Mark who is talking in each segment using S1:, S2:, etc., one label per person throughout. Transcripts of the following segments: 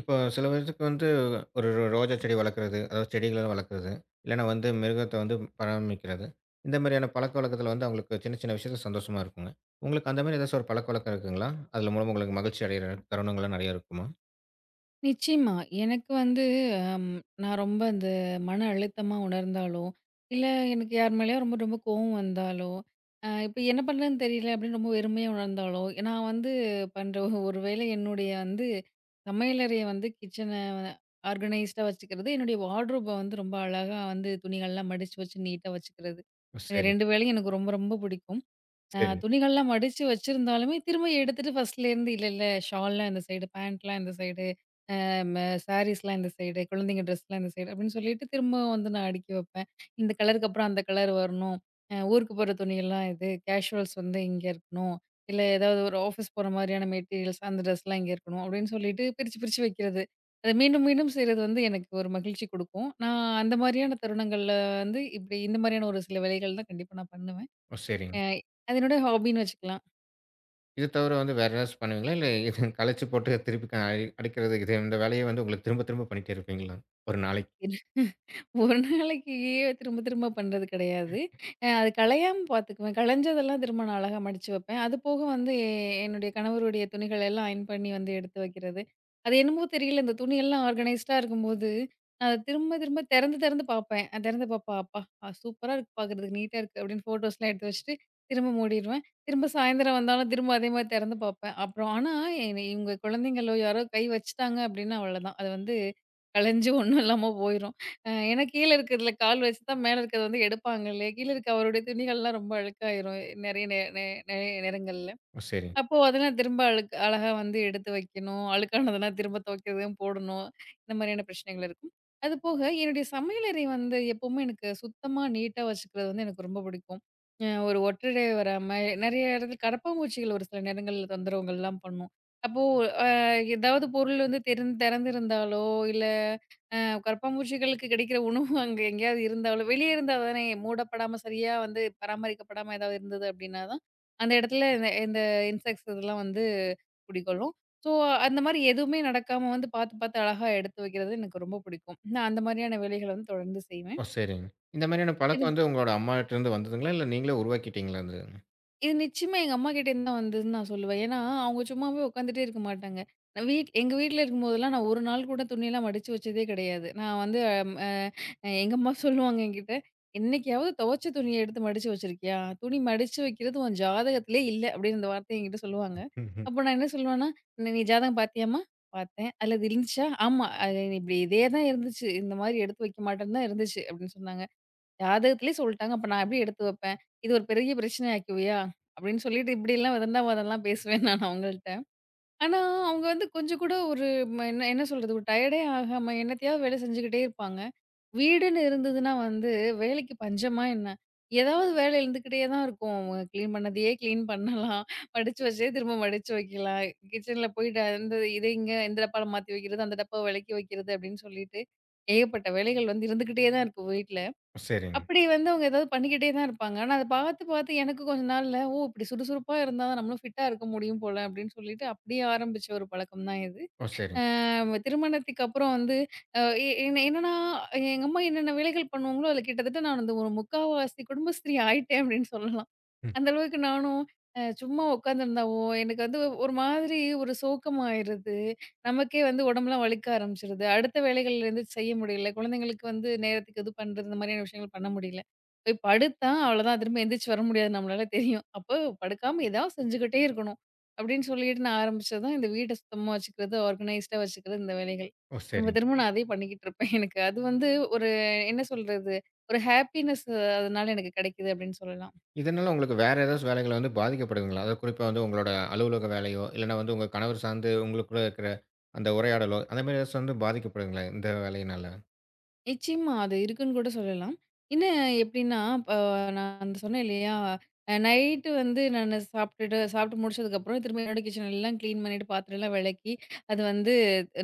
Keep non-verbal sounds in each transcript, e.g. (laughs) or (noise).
S1: இப்போ சில பேர்த்துக்கு வந்து ஒரு ரோஜா செடி வளர்க்குறது, அதாவது செடிகள வளர்க்குறது, இல்லன்னா வந்து மிருகத்த வந்து பராமரிக்கிறது. இந்த மாரியான பழக்கவழக்கத்துல வந்து அவங்களுக்கு சின்ன சின்ன விஷயத்துல சந்தோஷமா இருக்குங்க. உங்களுக்கு அந்த மாரி ஏதாச்சும் ஒரு பழக்கவழக்கம் இருக்குங்களா? அது மூலமா உங்களுக்கு மகிழ்ச்சி அடையிற தருணங்கள்லாம் நெறைய இருக்குமா?
S2: நிச்சயமா. எனக்கு வந்து அம் நான் ரொம்ப அந்த மன அழுத்தமா உணர்ந்தாலோ, இல்ல எனக்கு யார் மேலயோ ரொம்ப ரொம்ப கோவம் வந்தாலோ, இப்ப என்ன பண்றதுன்னு தெரியல அப்படின்னு ரொம்ப வெறுமையா உணர்ந்தாலோ, நான் வந்து பண்ற ஒரு வேளை என்னுடைய வந்து சமையலறைய வந்து கிச்சன ஆர்கனைஸ்டா வச்சுக்கிறது, என்னுடைய வார்ட்ரோப்ப வந்து ரொம்ப அழகா வந்து துணிகள்லாம் மடிச்சு வச்சு நீட்டா வச்சுக்கிறது.
S1: ஓ,
S2: இந்த
S1: சரி,
S2: 2 வேலையும் எனக்கு ரொம்ப ரொம்ப பிடிக்கும்.
S1: சரி.
S2: துணிகள்லாம் மடிச்சு வச்சிருந்தாலுமே திரும்ப எடுத்துட்டு ஃபர்ஸ்ட்லேருந்து இல்ல இல்ல ஷால்லாம் இந்த சைடு, பேண்ட்லாம் இந்த சைடு நம்ம சாரீஸ்லாம் இந்த சைடு, குழந்தைங்க ட்ரெஸ்லாம் இந்த சைடு அப்படின்னு சொல்லிட்டு திரும்ப வந்து நான் அடுக்கி வைப்பேன். இந்த கலருக்கு அப்புறம் அந்த கலர் வரணும். ஊருக்கு போற துணியெல்லாம் இது. கேஷுவல்ஸ் வந்து இங்க இருக்கணும். இல்ல ஏதாவது ஒரு ஆஃபீஸ் போற மாதிரியான மெட்டீரியல்ஸ் அந்த ட்ரெஸ்லாம் இங்க இருக்கணும் அப்படின்னு சொல்லிட்டு பிரிச்சு பிரிச்சு வைக்கிறது. அத மீண்டும் மீண்டும் செய்றது வந்து எனக்கு ஒரு மகிழ்ச்சி குடுக்கும். நான் அந்த மாதிரியான தருணங்கள்ல வந்து இப்படி இந்த மாதிரியான ஒரு சில வேலைகள் தான் கண்டிப்பா நான் பண்ணுவேன்.
S1: ஓ! சரிங்க.
S2: அ அது என்னோட ஹாபின்னு வச்சுக்கலாம்.
S1: இது தவிர வந்து வேற ஏதாச்சும் பண்ணுவீங்களா? இல்ல இது (laughs) கழிச்சு போட்டு திருப்பி க அடி அடிக்கிறது இது இந்த வேலைய வந்து உங்களுக்கு திரும்ப திரும்ப பண்ணிட்டே இருப்பீங்களா? ஒரு
S2: (laughs)
S1: நாளைக்கு.
S2: திரு- ஒரு நாளைக்கு திரும்ப திரும்ப பண்றது கிடையாது. அது கலையாம பார்த்துக்குவேன். கலைஞ்சதெல்லாம் திரும்ப நான் அழகா மடிச்சு வைப்பேன். அது போக வந்து என்னுடைய கணவருடைய துணிகள் எல்லாம் அயர்ன் பண்ணி வந்து எடுத்து வைக்கிறது. அது என்னமோ தெரியல இந்த துணியெல்லாம் ஆர்கனைஸ்டா இருக்கும்போது, நான் அதை திரும்ப திரும்ப திறந்து திறந்து பார்ப்பேன். திறந்து பார்ப்பேன். அப்பா! சூப்பரா இருக்கு பார்க்குறதுக்கு நீட்டா இருக்கு அப்படின்னு ஃபோட்டோஸ்லாம் எடுத்து வச்சுட்டு, திரும்ப மூடிருவேன். திரும்ப சாயந்தரம் வந்தாலும் திரும்ப அதே மாரி திறந்து பார்ப்பேன். அப்புறம் ஆனா, எ இவங்க குழந்தைங்களோ யாரோ கை வச்சுட்டாங்க அப்படின்னா அவ்வளோதான். அது வந்து கலஞ்சு ஒண்ணும் இல்லாம போயிரும். ஏன்னா கீழ இருக்கிறதுல கால் வச்சு தான் மேல இருக்கிறத வந்து எடுப்பாங்க இல்லையா? கீழ இருக்க அவருடைய துணிகள்லாம் ரொம்ப அழுக்காயிரும். நெறைய நே நே நெறைய நேரங்கள்ல.
S1: ஓ! சரிங்க.
S2: அப்போ அதெல்லாம் திரும்ப அழகா வந்து எடுத்து வைக்கணும். அழுக்கானதெல்லாம் திரும்ப துவைக்கிறதும் போடணும். இந்த மாதிரியான பிரச்சனைகள் இருக்கும். அதுபோக என்னுடைய சமையலறை வந்து எப்பவுமே எனக்கு சுத்தமா, நீட்டா வச்சுக்கிறது வந்து எனக்கு ரொம்ப பிடிக்கும். ஒரு ஒட்டடை வராம நெறைய இடத்துல கரப்பாம்பூச்சிகள் ஒரு சில நேரங்கள்ல தொந்தரவுகள்லாம் பண்ணும். அப்போ அ ஏதாவது பொருள் வந்து திறந்திருந்தாலோ, இல்ல அ கரப்பாம்பூச்சிகளுக்கு கிடைக்கிற உணவு அங்க எங்கேயாவது இருந்தாலோ, வெளியே இருந்தா தானே மூடப்படாம சரியா வந்து பராமரிக்கப்படாம ஏதாவது இருந்தது அப்படின்னா தான், அந்த இடத்துல இந்த இன்செக்ட்ஸ் இதெல்லாம் வந்து குடிக்கொள்ளும். ஸோ, அந்த மாரி எதுவுமே நடக்காம வந்து பாத்து அழகா எடுத்து வைக்கிறது எனக்கு ரொம்ப பிடிக்கும். நான் அந்த மாரியான வேலைகள வந்து தொடர்ந்து செய்வேன்.
S1: ஓ! சரிங்க. இந்த மாரியான
S2: இது
S1: பழக்கம் வந்து உங்களோட அம்மாகிட்டருந்து வந்ததுங்களா? இல்ல நீங்களே உருவாக்கிட்டீங்களா அது?
S2: இது நிச்சயமா எங்க அம்மாகிட்டேருந்து தான் வந்ததுன்னு நான் சொல்லுவேன். ஏன்னா, அவங்க சும்மாவே உட்காந்துட்டே இருக்க மாட்டாங்க. நான் எங்க வீட்ல இருக்கும்போதெல்லாம் நான் ஒரு நாள் கூட துணியெல்லாம் மடிச்சு வச்சதே கிடையாது. நான் வந்து அ எங்க அம்மா சொல்லுவாங்க என்கிட்ட, "என்னைக்காவது துவைச்ச துணிய எடுத்து மடிச்சு வச்சிருக்கியா? துணி மடிச்சு வைக்கிறது உன் ஜாதகத்திலே இல்ல" அப்படின்னு இந்த வார்த்தைய என்கிட்ட சொல்லுவாங்க.
S1: (laughs) ம்ஹ்ம்.
S2: அப்போ நான் என்ன சொல்லுவேன்னா, "நீ நீ ஜாதகம் பார்த்தியாம்மா? பார்த்தேன். அதுல இது இருந்துச்சா? ஆமா. அது இப்படி இதே தான் இருந்துச்சு. இந்த மாரி எடுத்து வைக்க மாட்டேன்னு தான் இருந்துச்சு" அப்படின்னு சொன்னாங்க. ஜாதகத்திலேயே சொல்ட்டாங்க. அப்ப நான் எப்படி எடுத்து வைப்பேன்? இது ஒரு பெரிய பிரச்சனையாக்குவியா? அப்படின்னு சொல்லிட்டு இப்படிலாம் வெதந்தா வாதம்லாம் பேசுவேன் நான் அவங்கள்ட்ட. ஆனா, அவங்க வந்து கொஞ்சம் கூட ஒரு என்ன என்ன சொல்றது? ஒரு டயர்டே ஆகாம என்னத்தையாவது வேலை செஞ்சுக்கிட்டே இருப்பாங்க. வீடுன்னு இருந்ததுன்னா வந்து வேலைக்கு பஞ்சமா என்ன? ஏதாவது வேலை இருந்துக்கிட்டே தான் இருக்கும். கிளீன் பண்ணதையே கிளீன் பண்ணலாம். மடிச்சு வச்சதே திரும்ப மடிச்சு வைக்கலாம். கிச்சன்ல போயிட்டு அந்த இங்க இந்த டப்பால மாத்தி வைக்கிறது, அந்த டப்பாவ விலக்கி வைக்கிறது அப்படின்னு சொல்லிட்டு, ஏகப்பட்ட வேலைகள் வந்து இருந்துக்கிட்டே தான் இருக்கு வீட்ல.
S1: சரிங்க.
S2: அப்படி வந்து அவங்க ஏதாவது பண்ணிக்கிட்டே தான் இருப்பாங்க. ஆனா, அத பார்த்து எனக்கு கொஞ்ச நாள்ல, "ஓ! இப்படி சுறுசுறுப்பா இருந்தா தான் நம்மளும் ஃபிட்டா இருக்க முடியும் போல" அப்படின்னு சொல்லிட்டு அப்படியே ஆரம்பிச்ச ஒரு பழக்கம் தான் இது.
S1: ஓ!
S2: அ
S1: சரிங்க.
S2: திருமணத்துக்கு அப்புறம் வந்து அ என்ன என்னன்னா, எங்க அம்மா என்னென்ன வேலைகள் பண்ணுவாங்களோ, அதுல கிட்டத்தட்ட நான் வந்து ஒரு முக்காவாசி குடும்பஸ்திரி ஆயிட்டேன் அப்படின்னு சொல்லலாம்.
S1: ம்.
S2: அந்த அளவுக்கு நானும் சும்மா உட்காந்துருந்தாவோ, எனக்கு வந்து ஒரு மாதிரி ஒரு சோக்கமாயிருது. நமக்கே வந்து உடம்பெல்லாம் வலிக்க ஆரம்பிச்சுருது. அடுத்த வேலைகள் எந்திரிச்சு செய்ய முடியல. குழந்தைங்களுக்கு வந்து நேரத்துக்கு இது பண்றது, இந்த மாதிரியான விஷயங்கள் பண்ண முடியல. போய் படுத்தா அவ்வளோதான் திரும்ப எந்திரிச்சு வர முடியாது நம்மளால தெரியும். அப்போ படுக்காம ஏதாவது செஞ்சுக்கிட்டே இருக்கணும். அப்படின்னு சொல்லிட்டு நான் ஆரம்பிச்சது தான் இந்த வீட்ட சுத்தமா வச்சுக்கிறது, ஆர்கனைஸ்டா வச்சுக்கிறது இந்த வேலைகள்.
S1: ஓ!
S2: திரும்ப
S1: சரிங்க.
S2: திரும்ப நான் அதே பண்ணிக்கிட்டு இருப்பேன். எனக்கு அது வந்து ஒரு என்ன சொல்றது? ஒரு ஹாப்பினஸ் அதனால எனக்கு கிடைக்குது அப்படின்னு சொல்லலாம்.
S1: இதனால உங்களுக்கு வேற ஏதாச்சும் வேலைகள்ல வந்து பாதிக்கப்படுதுங்களா? அதாவது குறிப்பா வந்து உங்களோட அலுவலக வேலையோ, இல்லன்னா வந்து உங்க கணவர் சார்ந்து உங்களுக்குள்ள இருக்கிற அந்த உரையாடலோ, அந்த மாரி ஏதாச்சும் வந்து பாதிக்கப்படுதுங்களா? இந்த வேலையினால?
S2: நிச்சயமா. அது இருக்குன்னு கூட சொல்லலாம். இன்னும் எப்படின்னா, இப்போ நான் அந்த சொன்னேன் இல்லையா, நைட்டு வந்து நானு சாப்பிட்டுட்டு சாப்பிட்டு முடிச்சதுக்கப்புறம் திரும்ப என்னோட கிச்சன் எல்லாம் கிளீன் பண்ணிட்டு, பாத்திரம்லாம் வெளக்கி, அது வந்து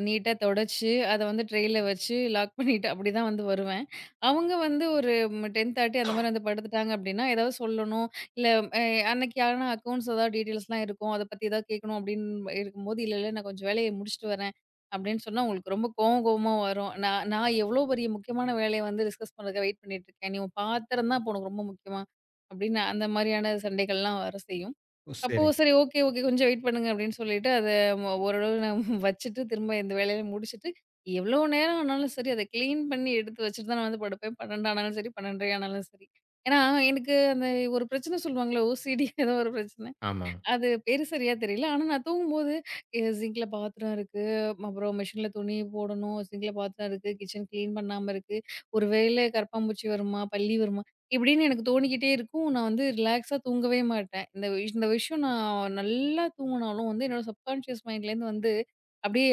S2: நீட்டா தொடச்சு, அத வந்து ட்ரேல வச்சு லாக் பண்ணிட்டு அப்படிதான் வந்து வருவேன். அவங்க வந்து ஒரு 10:30 அந்த மாரி வந்து படுத்துட்டாங்க அப்படின்னா, ஏதாவது சொல்லணும், இல்ல அ அன்னைக்கான அக்கவுண்ட்ஸ் ஏதாவது டீட்டெயில்ஸ்லாம் இருக்கும். அத பத்தி ஏதாவது கேட்கணும் அப்படின்னு இருக்கும்போது, "இல்ல, நான் கொஞ்சம் வேலைய முடிச்சுட்டு வரேன்." அப்படின்னு சொன்னா உங்களுக்கு ரொம்ப கோவம் கோவமா வரும். நான் நான் எவ்வளோ பெரிய முக்கியமான வேலைய வந்து டிஸ்கஸ் பண்றதுக்காக வெயிட் பண்ணிட்டுருக்கேன். நீ உன் பாத்திரம் தான் அப்போ உனக்கு ரொம்ப முக்கியமா? அப்படின்னு அந்த மாரியான சண்டைகள்லாம் வர செய்யும்.
S1: ஓ!
S2: அப்போ
S1: சரிங்க.
S2: சரி ஓகே, ஓகே கொஞ்சம் வெயிட் பண்ணுங்க அப்படின்னு சொல்லிட்டு அத ஓரளவு நான் (laughs) வச்சுட்டு திரும்ப இந்த வேலையில முடிச்சுட்டு, எவ்வளோ நேரம் ஆனாலும் சரி அத கிளீன் பண்ணி எடுத்து வச்சுட்டு தான் நான் வந்து படுப்பேன். 12 ஆனாலும் சரி, 12:30 ஆனாலும் சரி. ஏன்னா எனக்கு அந்த ஒரு பிரச்சனை சொல்லுவாங்கல்ல, ஓசிடி ஏதோ ஒரு பிரச்சனை.
S1: ஆமா.
S2: அது பேரு சரியா தெரியல. ஆனா நான் தூங்கும்போது சிங்க்ல பாத்திரம் இருக்கு. ம, அப்புறம் மிஷின்ல துணி போடணும். சிங்க்ல பாத்திரம் இருக்கு. கிச்சன் கிளீன் பண்ணாம இருக்கு. ஒருவேளை கரப்பான்பூச்சி வருமா? பல்லி வருமா? இப்படின்னு எனக்கு தோணிக்கிட்டே இருக்கும். நான் வந்து ரிலாக்ஸா தூங்கவே மாட்டேன். இந்த விஷயம் நான் நல்லா தூங்குனாலும் வந்து என்னோட சப்கான்ஷியஸ் மைண்ட்லேருந்து வந்து அப்படியே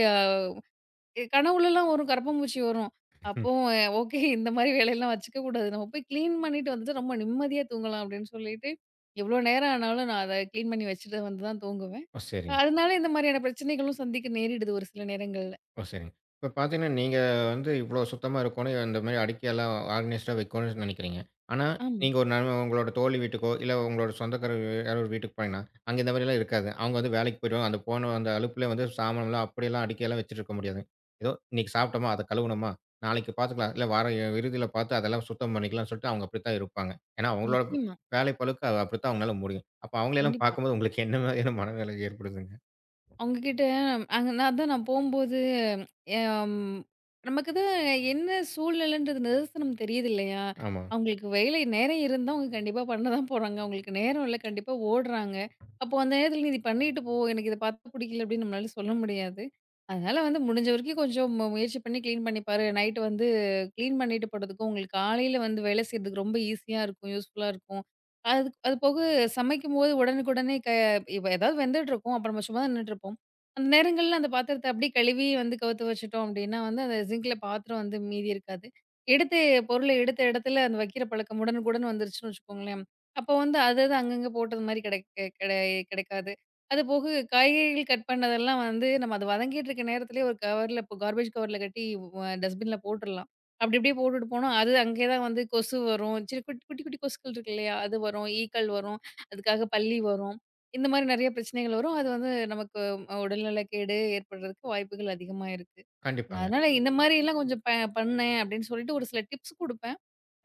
S2: கனவுலலாம் வரும் கரப்பான்பூச்சி வரும். அப்போ ஓகே இந்த மாரி வேலையெல்லாம் வச்சுக்க கூடாது. நம்ம போய் கிளீன் பண்ணிட்டு வந்துட்டு ரொம்ப நிம்மதியா தூங்கலாம் அப்படின்னு சொல்லிட்டு, எவ்வளோ நேரம் ஆனாலும் நான் அத கிளீன் பண்ணி வச்சுட்டு வந்து தான் தூங்குவேன்.
S1: ஓ! சரிங்க.
S2: அதனால இந்த மாதிரியான பிரச்சனைகளும் சந்திக்க நேரிடுது ஒரு சில நேரங்கள்ல.
S1: ஓ! சரிங்க. இப்ப பார்த்தீங்கன்னா, நீங்க வந்து இவ்வளோ சுத்தமா இருக்கணும், இந்த மாரி அடுக்கியெல்லாம் ஆர்கனைஸ்டா வைக்கணும்னு நினைக்கிறீங்க. ஆனா,
S2: ஆமா,
S1: நீங்க ஒரு நண்ப உங்களோட தோழி வீட்டுக்கோ, இல்ல உங்களோட சொந்தக்கார யாரோ ஒரு வீட்டுக்கு போனீங்கன்னா, அங்க இந்த மாரிலாம் இருக்காது. அவங்க வந்து வேலைக்கு போயிடுவாங்க. அந்த போன அந்த அலுப்புல வந்து சாமானம்லாம் அப்படியெல்லாம் அடுக்கியெல்லாம் வச்சுட்டு இருக்க முடியாது. ஏதோ இன்னைக்கு சாப்பிட்டோமா, அத கழுவுனோமா, நாளைக்கு பார்த்துக்கலாம். இல்ல வார இறுதியில பார்த்து அதெல்லாம் சுத்தம் பண்ணிக்கலாம்னு சொல்லிட்டு அவங்க அப்படித்தான் இருப்பாங்க. ஏன்னா, அவங்களோட
S2: நிச்சயமா.
S1: வேலை பளுக்கு அப்படித்தான் அவங்களால முடியும். அப்ப அவங்களையெல்லாம்
S2: கண்டிப்பா.
S1: பார்க்கும்போது உங்களுக்கு என்ன மாதிரியான மனநிலை ஏற்படுதுங்க?
S2: அவங்க கிட்ட அங்க நான் அதான் போம்போது, எம் நமக்கு தான் என்ன சூழ்நிலைன்றது நிதர்சனம் தெரியுது இல்லையா?
S1: ஆமா.
S2: அவங்களுக்கு வேலை நேரம் இருந்தா அவங்க கண்டிப்பா பண்ண தான் போறாங்க. அவங்களுக்கு நேரம் இல்ல கண்டிப்பா ஓடுறாங்க. அப்போ அந்த நேரத்துல நீ இது பண்ணிட்டு போ. எனக்கு இத பாத்தா புடிக்கல அப்படின்னு நம்மளால சொல்ல முடியாது. அதனால வந்து முடிஞ்ச வரைக்கும் கொஞ்சம் முயற்சி பண்ணி கிளீன் பண்ணி பாரு. நைட் வந்து கிளீன் பண்ணிட்டு படுத்துக்கும். உங்களுக்கு காலையில வந்து வேலை செய்றதுக்கு ரொம்ப ஈஸியா இருக்கும். யூஸ்ஃபுல்லா இருக்கும். அது அது போக சமைக்கும்போது உடனுக்குடனே இப்ப ஏதாவது வெந்துட்டு இருக்கும். அப்ப நம்ம சும்மா தான் நின்னுட்டு இருப்போம். அந்த நேரங்கள்ல அந்த பாத்திரத்த அப்படியே கழுவி வந்து கவுத்து வச்சுட்டோம் அப்படின்னா வந்து, அந்த சிங்க்ல பாத்திரம் வந்து மீதி இருக்காது. எடுத்து பொருள எடுத்த இடத்துல அந்த வைக்கிற பழக்கம் உடனுக்குடன் வந்துருச்சுன்னு வச்சுக்கோங்களேன். அப்போ வந்து அது அது அங்கங்க போட்டது மாரி கிடைக்காது. அதுபோக காய்கறிகள் கட் பண்ணதெல்லாம் வந்து நம்ம அது வதங்கிட்டு இருக்க நேரத்திலேயே ஒரு கவர்ல இப்போ கார்பேஜ் கவர்ல கட்டி டஸ்ட்பின்ல போட்டுறலாம். அப்படி இப்படியே போட்டுட்டு போனா, அது அங்கே தான் வந்து கொசு வரும். சின்ன குட்டி குட்டி குட்டி கொசுக்கள் இருக்கு இல்லையா? அது வரும். ஈக்கள் வரும். அதுக்காக பல்லி வரும். இந்த மாரி நெறைய பிரச்சனைகள் வரும். அது வந்து நமக்கு உடல்நலக்கேடு ஏற்படுறதுக்கு வாய்ப்புகள் அதிகமா இருக்கு. நான்
S1: கண்டிப்பாங்க.
S2: அதனால இந்த மாரிலாம் கொஞ்சம் பண்ணேன் அப்படின்னு சொல்லிட்டு ஒரு சில டிப்ஸ் குடுப்பேன்.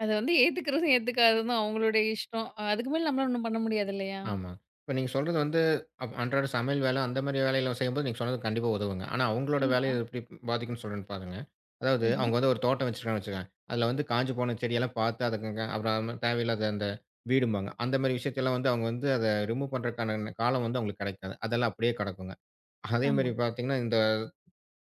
S2: அத வந்து ஏத்துக்கிறதும் ஏத்துக்காததும் அவங்களுடைய இஷ்டம். அதுக்கு மேல நம்மளால ஒண்ணும் பண்ண முடியாது இல்லையா?
S1: ஆமா. இப்ப நீங்க சொல்றது வந்து அன்றாட சமையல் வேலை, அந்த மாரி வேலையில செய்யும்போது நீங்க சொன்னது கண்டிப்பா உதவுங்க. ஆனா அவங்களோட
S2: கண்டிப்பா.
S1: வேலைய எப்படி பாதிக்கும்னு சொல்றேன்னு பாருங்க. அதாவது
S2: ம்ஹ்ம்.
S1: அவங்க வந்து ஒரு தோட்டம் வச்சிருக்காங்கன்னு வச்சுக்கோங்க. அதுல வந்து காஞ்சு போன செடியெல்லாம் பார்த்து அதுக்குங்க அப்புறம் அது மாதிரி தேவையில்லாத அந்த வீடும்பாங்க. அந்த மாரி விஷயத்தையெல்லாம் வந்து அவங்க வந்து அத ரிமூவ் பண்றதுக்கான காலம் வந்து அவங்களுக்கு கிடைக்காது. அதெல்லாம் அப்படியே கிடக்குங்க. அதே
S2: ஆமா.
S1: மாரி பார்த்தீங்கன்னா, இந்த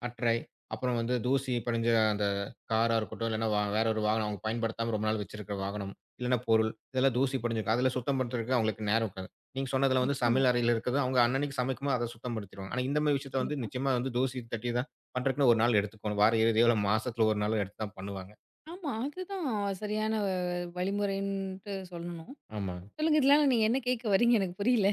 S1: அட்ரை. அப்புறம் வந்து தூசி படிஞ்ச அந்த காரா இருக்கட்டும், இல்லன்னா வேற ஒரு வாகனம் அவங்க பயன்படுத்தாம ரொம்ப நாள் வச்சிருக்கிற வாகனம், இல்லன்னா பொருள். இதெல்லாம் தூசி படிஞ்சிருக்கும். அதெல்லாம் சுத்தம் பண்றதுக்கு அவங்களுக்கு நேரம் இருக்காது. நீங்க சொன்னதுல வந்து
S2: நிச்சயமா.
S1: சமையல் அறையில இருக்கிறது அவங்க அன்னன்னைக்கு சமைக்கும்போது அத சுத்தம் படுத்திருவாங்க. ஆனா இந்த மாரி விஷயத்த வந்து
S2: கண்டிப்பா.
S1: நிச்சயமா வந்து தூசி தட்டி தான் பண்றதுக்குன்னு ஒரு நாள் எடுத்துக்கணும். வார இறுதியோ, இல்ல மாசத்துல ஒரு நாளோ எடுத்து தான் பண்ணுவாங்க.
S2: ஆமா. அதுதான் சரியான வழிமுறைன்ட்டு சொல்லணும்.
S1: ஆமா.
S2: சொல்லுங்க, இதனால நீங்க என்ன கேட்க வர்றீங்க எனக்கு புரியல?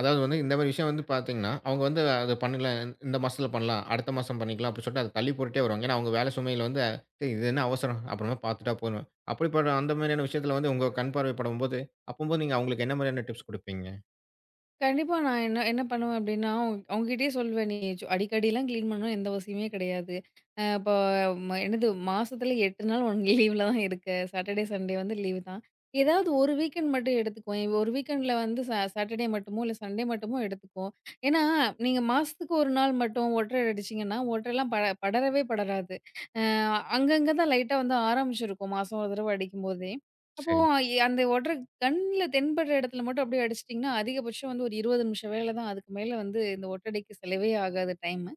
S1: அதாவது வந்து இந்த மாரி விஷயம் வந்து பார்த்தீங்கன்னா, அவங்க வந்து அது பண்ணல, இந்த மாசத்துல பண்ணலாம், அடுத்த மாசம் பண்ணிக்கலாம் அப்படின்னு சொல்லிட்டு அத தள்ளி போட்டுட்டே வருவாங்க. ஏன்னா, அவங்க வேலை சுமையில வந்து, "ஏய் இது என்ன அவசரம்? அப்புறமா பார்த்துட்டா போதும்." அப்படிப்பட்ட அந்த மாதிரியான விஷயத்துல வந்து உங்க கண் பார்வை படும்போது, அப்பம்போது நீங்க அவங்களுக்கு என்ன மாதிரியான டிப்ஸ் குடுப்பீங்க?
S2: கண்டிப்பா நான் என்ன என்ன பண்ணுவேன் அப்டின்னா, அவுங்ககிட்டயே சொல்லுவேன். "நீ அடிக்கடிலாம் கிளீன் பண்ணணும்னு எந்த அவசியமே கிடையாது. இப்போ என்னது மாசத்துல 8 நாள் உனக்கு லீவ்ல (laughs) தான் இருக்க. சாட்டர்டே, சண்டே வந்து லீவு தான். ஏதாவது ஒரு வீக்கெண்ட் மட்டும் எடுத்துக்குவேன். ஒரு வீக்கெண்ட்ல வந்து சாட்டர்டே மட்டுமோ, இல்ல சண்டே மட்டுமோ எடுத்துக்கோ." ஏன்னா, நீங்க மாசத்துக்கு 1 நாள் மட்டும் ஒட்டர அடிச்சீங்கன்னா, ஒட்டரெல்லாம் படரவே படராது. அ அங்கங்க தான் லைட்டா வந்து ஆரம்பிச்சிருக்கும். மாசம் ஒரு தடவ அடிக்கும்போதே. அப்போ
S1: சரி.
S2: அந்த கண்ல தென்படுற இடத்துல மட்டும் அப்படியே அடிச்சிட்டிங்கன்னா, அதிகபட்சம் வந்து ஒரு 20 நிமிஷம் வேல தான். அதுக்கு மேல வந்து இந்த ஒட்டடைக்கு செலவே ஆகாது டைமு.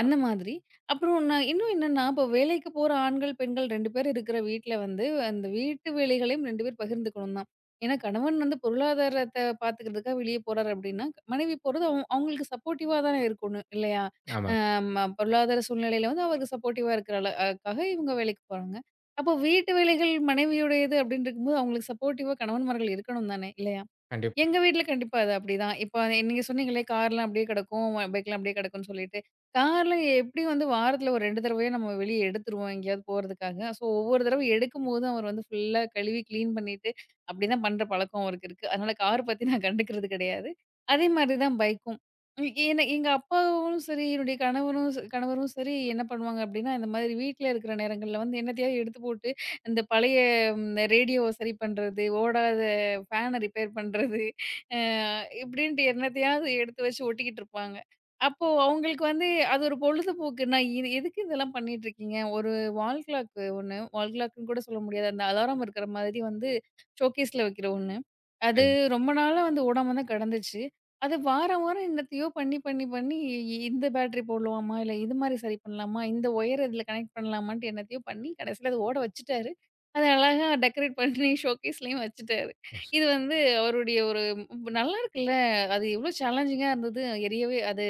S2: அந்த மாதிரி. அப்புறம் நான் இன்னும் என்னன்னா, இப்போ வேலைக்கு போற ஆண்கள், பெண்கள் 2 பேர் இருக்கிற வீட்ல வந்து, அந்த வீட்டு வேலைகளையும் 2 பேர் பகிர்ந்துக்கணும் தான். ஏன்னா கணவன் வந்து பொருளாதாரத்த பார்த்துக்கிறதுக்காக வெளிய போறாரு அப்படின்னா, மனைவி போறது அவங்களுக்கு சப்போர்ட்டிவா தானே இருக்கணும் இல்லையா?
S1: ஆமா.
S2: பொருளாதார சூழ்நிலையில வந்து அவருக்கு சப்போர்ட்டிவா இருக்கிற அள அ க்காக இவங்க வேலைக்கு போறாங்க. அப்போ வீட்டு வேலைகள் மனைவியுடையது அப்படின்னு இருக்கும்போது, அவங்களுக்கு சப்போர்ட்டிவா கணவன்மார்கள் இருக்கணும் தானே இல்லையா?
S1: கண்டிப்பா.
S2: எங்க வீட்ல கண்டிப்பா அது அப்படிதான். இப்ப நீங்க சொன்னீங்களே கார்லாம் அப்படியே கிடக்கும், பைக்லாம் அப்படியே கிடக்கும்னு சொல்லிட்டு. கார்ல எப்படியும் வந்து வாரத்துல ஒரு 2 தடவையோ நம்ம வெளிய எடுத்துருவோம் எங்கேயாவது போறதுக்காக. ஸோ ஒவ்வொரு தடவ எடுக்கும்போது அவர் வந்து ஃபுல்லா கழுவி கிளீன் பண்ணிட்டு அப்படிதான் பண்ற பழக்கம் அவருக்கு இருக்கு. அதனால கார் பத்தி நான் கண்டுக்கிறது கிடையாது. அதே மாதிரி தான் பைக்கும். எ என்ன எங்க அப்பாவும் சரி, என்னுடைய கணவரும் கணவரும் சரி என்ன பண்ணுவாங்க அப்படின்னா, இந்த மாதிரி வீட்ல இருக்கிற நேரங்கள்ல வந்து என்னத்தையாவது எடுத்து போட்டு, இந்த பழைய ம் ரேடியோவ சரி பண்றது, ஓடாத ஃபேன ரிப்பேர் பண்றது, அ இப்படின்ட்டு என்னத்தையாவது எடுத்து வச்சு ஒட்டிக்கிட்டு இருப்பாங்க. அப்போ அவங்களுக்கு வந்து அது ஒரு பொழுதுபோக்குன்னா, இது எதுக்கு இதெல்லாம் பண்ணிட்டுருக்கீங்க? ஒரு வால் கிளாக் ஒண்ணு, வால் கிளாக்ன்னு கூட சொல்ல முடியாது. அந்த அலாரம் இருக்கிற மாதிரி வந்து ஷோகேஸ்ல வைக்கிற ஒண்ணு. அது
S1: சரிங்க.
S2: ரொம்ப நாளா வந்து ஓடாம தான் கிடந்துச்சு. அது வாரம் வாரம் என்னத்தையோ பண்ணி பண்ணி பண்ணி இந்த பேட்டரி போடலாமா? இல்ல இது மாதிரி சரி பண்ணலாமா? இந்த ஒயர் இதில கனெக்ட் பண்ணலாமான்ட்டு என்னத்தையோ பண்ணி கடைசியில அத ஓட வச்சுட்டாரு. அத அழகா டெக்கரேட் பண்ணி ஷோகேஸ்லயும் வச்சுட்டாரு. இது வந்து அவருடைய ஒரு நல்லா இருக்குல்ல. அது எவ்ளோ சேலஞ்சிங்கா இருந்தது. எரியவே அது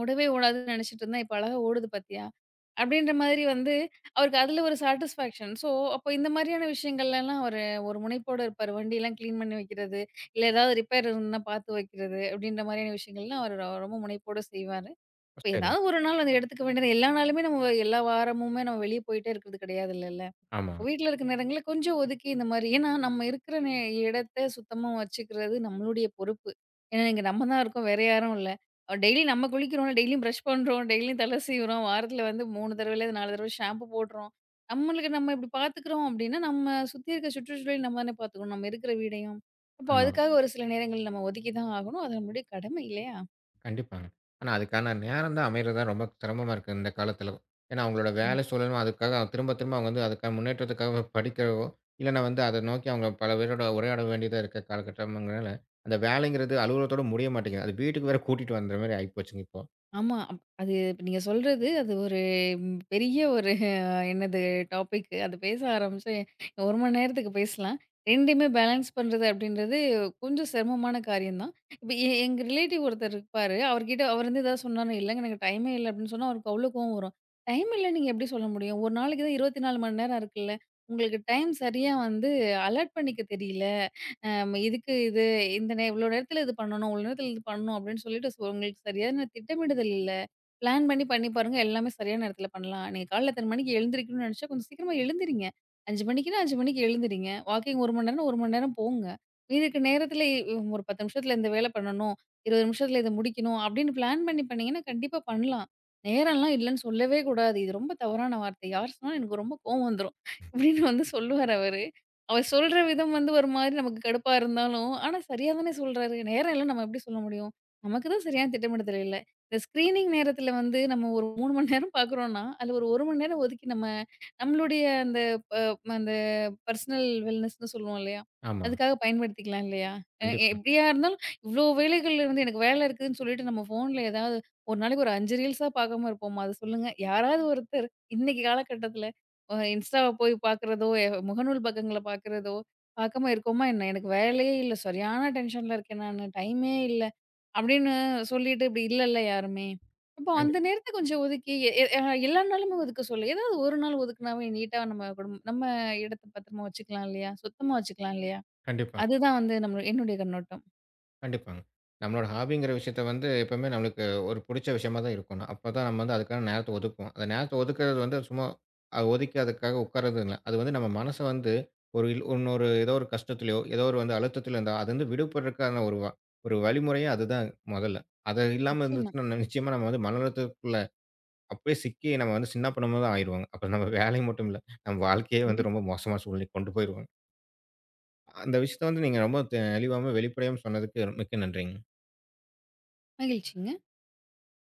S2: ஓடவே ஓடாதுன்னு நெனச்சுட்டு இருந்தேன். இப்ப அழகா ஓடுது பாத்தியா? அப்டின்ற மாதிரி வந்து அவருக்கு அதுல ஒரு சாட்டிஸ்ஃபேக்ஷன். ஸோ அப்போ இந்த மாதிரியான விஷயங்கள்லலாம் அவரு ஒரு முனைப்போட இருப்பாரு. வண்டிலாம் கிளீன் பண்ணி வைக்கிறது, இல்ல ஏதாவது ரிப்பேர் இருந்தா பாத்து வைக்கிறது அப்டின்ற மாதிரியான விஷயங்கள்லாம் அவரு ரொம்ப முனைப்போட செய்வாரு. இப்ப
S1: சரிங்க.
S2: ஏதாவது ஒரு நாள் அத எடுத்துக்க வேண்டியது எல்லா நாளுமே நம்ம எல்லா வாரமுமே நம்ம வெளிய போயிட்டே இருக்கிறது கிடையாதுல்லல.
S1: ஆமா.
S2: வீட்ல இருக்க நேரங்கள்ல கொஞ்சம் ஒதுக்கி இந்த மாரி ஏன்னா, நம்ம இருக்கிற இடத்த சுத்தமா வச்சுக்கிறது நம்மளுடைய பொறுப்பு. ஏன்னா, இங்க நம்ம தான் இருக்கோம். வேற யாரும் இல்ல. டெய்லி நம்ம குளிக்கிறோம்ல, டெய்லியும் பிரஷ் பண்றோம், டெய்லியும் தலை சீவுறோம், வாரத்துல வந்து 3 தடவையிலேருந்து 4 தடவை ஷாம்பு போடுறோம். நம்மளுக்கு நம்ம இப்படி பார்த்துக்கிறோம் அப்படின்னா, நம்ம சுத்தி இருக்க சுற்றுச்சூழலையும் நம்ம தானே பார்த்துக்கணும். நம்ம இருக்கிற வீடையும். அப்போ
S1: ஆமா.
S2: அதுக்காக ஒரு சில நேரங்கள் நம்ம ஒதுக்கி தான் ஆகணும். அது நம்மளுடைய கடமை இல்லையா?
S1: கண்டிப்பாங்க. ஆனா, அதுக்கான நேரம் தான் அமையறது தான் ரொம்ப சிரமமா இருக்கு இந்த காலத்துல. ஏன்னா, அவங்களோட வேலை சூழலும் அதுக்காக அவங்க திரும்ப திரும்ப அவங்க வந்து அதுக்கான முன்னேற்றத்துக்காக (laughs) படிக்கவோ, இல்லன்னா வந்து அத நோக்கி அவங்க பல பேரோட உரையாட வேண்டியதா இருக்க காலகட்டம்ங்கிறனால, அந்த வேலைங்கிறது அலுவலகத்தோட முடிய மாட்டேங்குது. அது வீட்டுக்கு வேற கூட்டிட்டு வந்த மாரி ஆயிப்போச்சுங்க இப்போ.
S2: ஆமா. அது இப்ப நீங்க சொல்றது, அது ஒரு பெரிய ஒரு என்னது டாபிக். அது பேச ஆரம்பிச்சா, 1 மணி நேரத்துக்கு பேசலாம். 2யுமே பேலன்ஸ் பண்றது அப்படின்றது கொஞ்சம் சிரமமான காரியம் தான். இப்ப எங்க ரிலேட்டிவ் ஒருத்தர் இருப்பாரு. அவர்கிட்ட அவர் வந்து ஏதாவது சொன்னாரு, "இல்லங்க எனக்கு டைமே இல்ல" அப்படின்னு சொன்னா அவருக்கு அவ்ளோ கோவம் வரும். டைம் இல்லன்னு நீங்க எப்படி சொல்ல முடியும்? ஒரு நாளைக்கு தான் 24 மணி நேரம் இருக்குல்ல. உங்களுக்கு டைம் சரியா வந்து அலாட் பண்ணிக்க தெரியல. இதுக்கு இது இந்த நே இவ்வளோ நேரத்தில இது பண்ணணும், இவ்வளோ நேரத்தில இது பண்ணணும் அப்படின்னு சொல்லிட்டு சோ உங்களுக்கு சரியான திட்டமிடுதல் இல்ல. பிளான் பண்ணி பாருங்க. எல்லாமே சரியான நேரத்தில பண்ணலாம். நீங்க காலைல எத்தன மணிக்கு எழுந்திரிக்கணும்னு நெனச்சா கொஞ்சம் சீக்கிரமா எழுந்திரிங்க. 5 மணிக்குன்னா 5 மணிக்கு எழுந்திரிங்க. வாக்கிங் 1 மணி நேரம்னா 1 மணி நேரம் போங்க. மீதி இருக்க நேரத்தில ஒரு 10 நிமிஷத்தில இந்த வேல பண்ணணும். 20 நிமிஷத்தில இத முடிக்கணும் அப்படின்னு பிளான் பண்ணீங்கன்னா, கண்டிப்பா பண்ணலாம். நேரம்லாம் இல்லன்னு சொல்லவே கூடாது. இது ரொம்ப தவறான வார்த்தை. யார் சொன்னாலும் எனக்கு ரொம்ப கோவம் வந்துரும். இப்படின்னு வந்து சொல்லுவாரு அவரு. அவர் சொல்ற விதம் வந்து ஒரு மாதிரி நமக்கு கடுப்பா இருந்தாலும், ஆனா சரியா தானே சொல்றாரு. நேரம் இல்லன்னு நம்ம எப்படி சொல்ல முடியும்? நமக்கு தான் சரியான திட்டமிடுதல் இல்ல. இந்த ஸ்க்ரீனிங் நேரத்தில வந்து நம்ம ஒரு 3 மணி நேரம் பார்க்குறோம்னா, அதுல ஒரு 1 மணி நேரம் ஒதுக்கி நம்மளுடைய அந்த ப அந்த பர்சனல் வெல்னஸ்ன்னு சொல்லுவோம் இல்லையா?
S1: ஆமா.
S2: அதுக்காக பயன்படுத்திக்கலாம் இல்லையா? அ
S1: கண்டிப்பா.
S2: எப்படியா இருந்தாலும் இவ்ளோ வேலைகள் இருந்து எனக்கு வேலை இருக்குதுன்னு சொல்லிட்டு நம்ம ஃபோன்ல ஏதாவது ஒரு நாளைக்கு ஒரு 5 ரீல்ஸா பார்க்காம இருப்போமா? அத சொல்லுங்க. யாராவது ஒருத்தர் இன்னைக்கு காலகட்டத்தில இன்ஸ்டாவ போய் பார்க்குறதோ, முகநூல் பக்கங்கள பார்க்குறதோ, பார்க்காம இருக்கோமா என்ன? எனக்கு வேலையே இல்ல. சரியான டென்ஷன்ல இருக்கேன் நானு. டைமே இல்ல. அப்படின்னு சொல்லிட்டு இப்படி இல்லல்ல யாருமே. அப்போ அந்த
S1: கண்டிப்பா.
S2: நேரத்த கொஞ்சம் ஒதுக்கி எ எ அ எல்லா நாளுமே ஒதுக்க சொல்லல. ஏதாவது ஒரு நாள் ஒதுக்குனாவே நீட்டா நம்ம இடத்த பத்திரமா வச்சுக்கலாம் இல்லையா? சுத்தமா வச்சுக்கலாம் இல்லையா?
S1: கண்டிப்பா.
S2: அதுதான் வந்து நம்மளோ என்னுடைய கண்ணோட்டம்.
S1: கண்டிப்பாங்க. நம்மளோட ஹாபிங்கிற விஷயத்த வந்து எப்பவுமே நம்மளுக்கு ஒரு புடிச்ச விஷயமா தான் இருக்கணும். அப்பதான் நம்ம வந்து அதுக்கான நேரத்த ஒதுக்குவோம். அந்த நேரத்த ஒதுக்குறது வந்து சும்மா அ ஒதுக்கி அதுக்காக உட்கார்றது இல்ல. அது வந்து நம்ம மனச வந்து ஒரு இன்னொரு ஏதோ ஒரு கஷ்டத்திலயோ, ஏதோ ஒரு வந்து அழுத்தத்தில இருந்தா, அதுலருந்து விடுபடுறதுக்கான ஒரு ஒரு வழிமுறையே அதுதான் முதல்ல. அது இல்லாம
S2: நிச்சயமா.
S1: இருந்துச்சுன்னா, நம்ம நிச்சயமா நம்ம வந்து மன அழுத்தத்துக்குள்ள அப்படியே சிக்கி நம்ம வந்து சின்ன பின்னமா தான் ஆயிருவோங்க. அப்ப நம்ம வேலை மட்டும் இல்ல, நம்ம வாழ்க்கையே வந்து
S2: கண்டிப்பா.
S1: ரொம்ப மோசமான சூழ்நிலைக்கு கொண்டு போயிருவோம். அந்த விஷயத்த வந்து நீங்க ரொம்ப தெளிவாவும் வெளிப்படையாவும் சொன்னதுக்கு மிக்க நன்றிங்க.
S2: மகிழ்ச்சிங்க.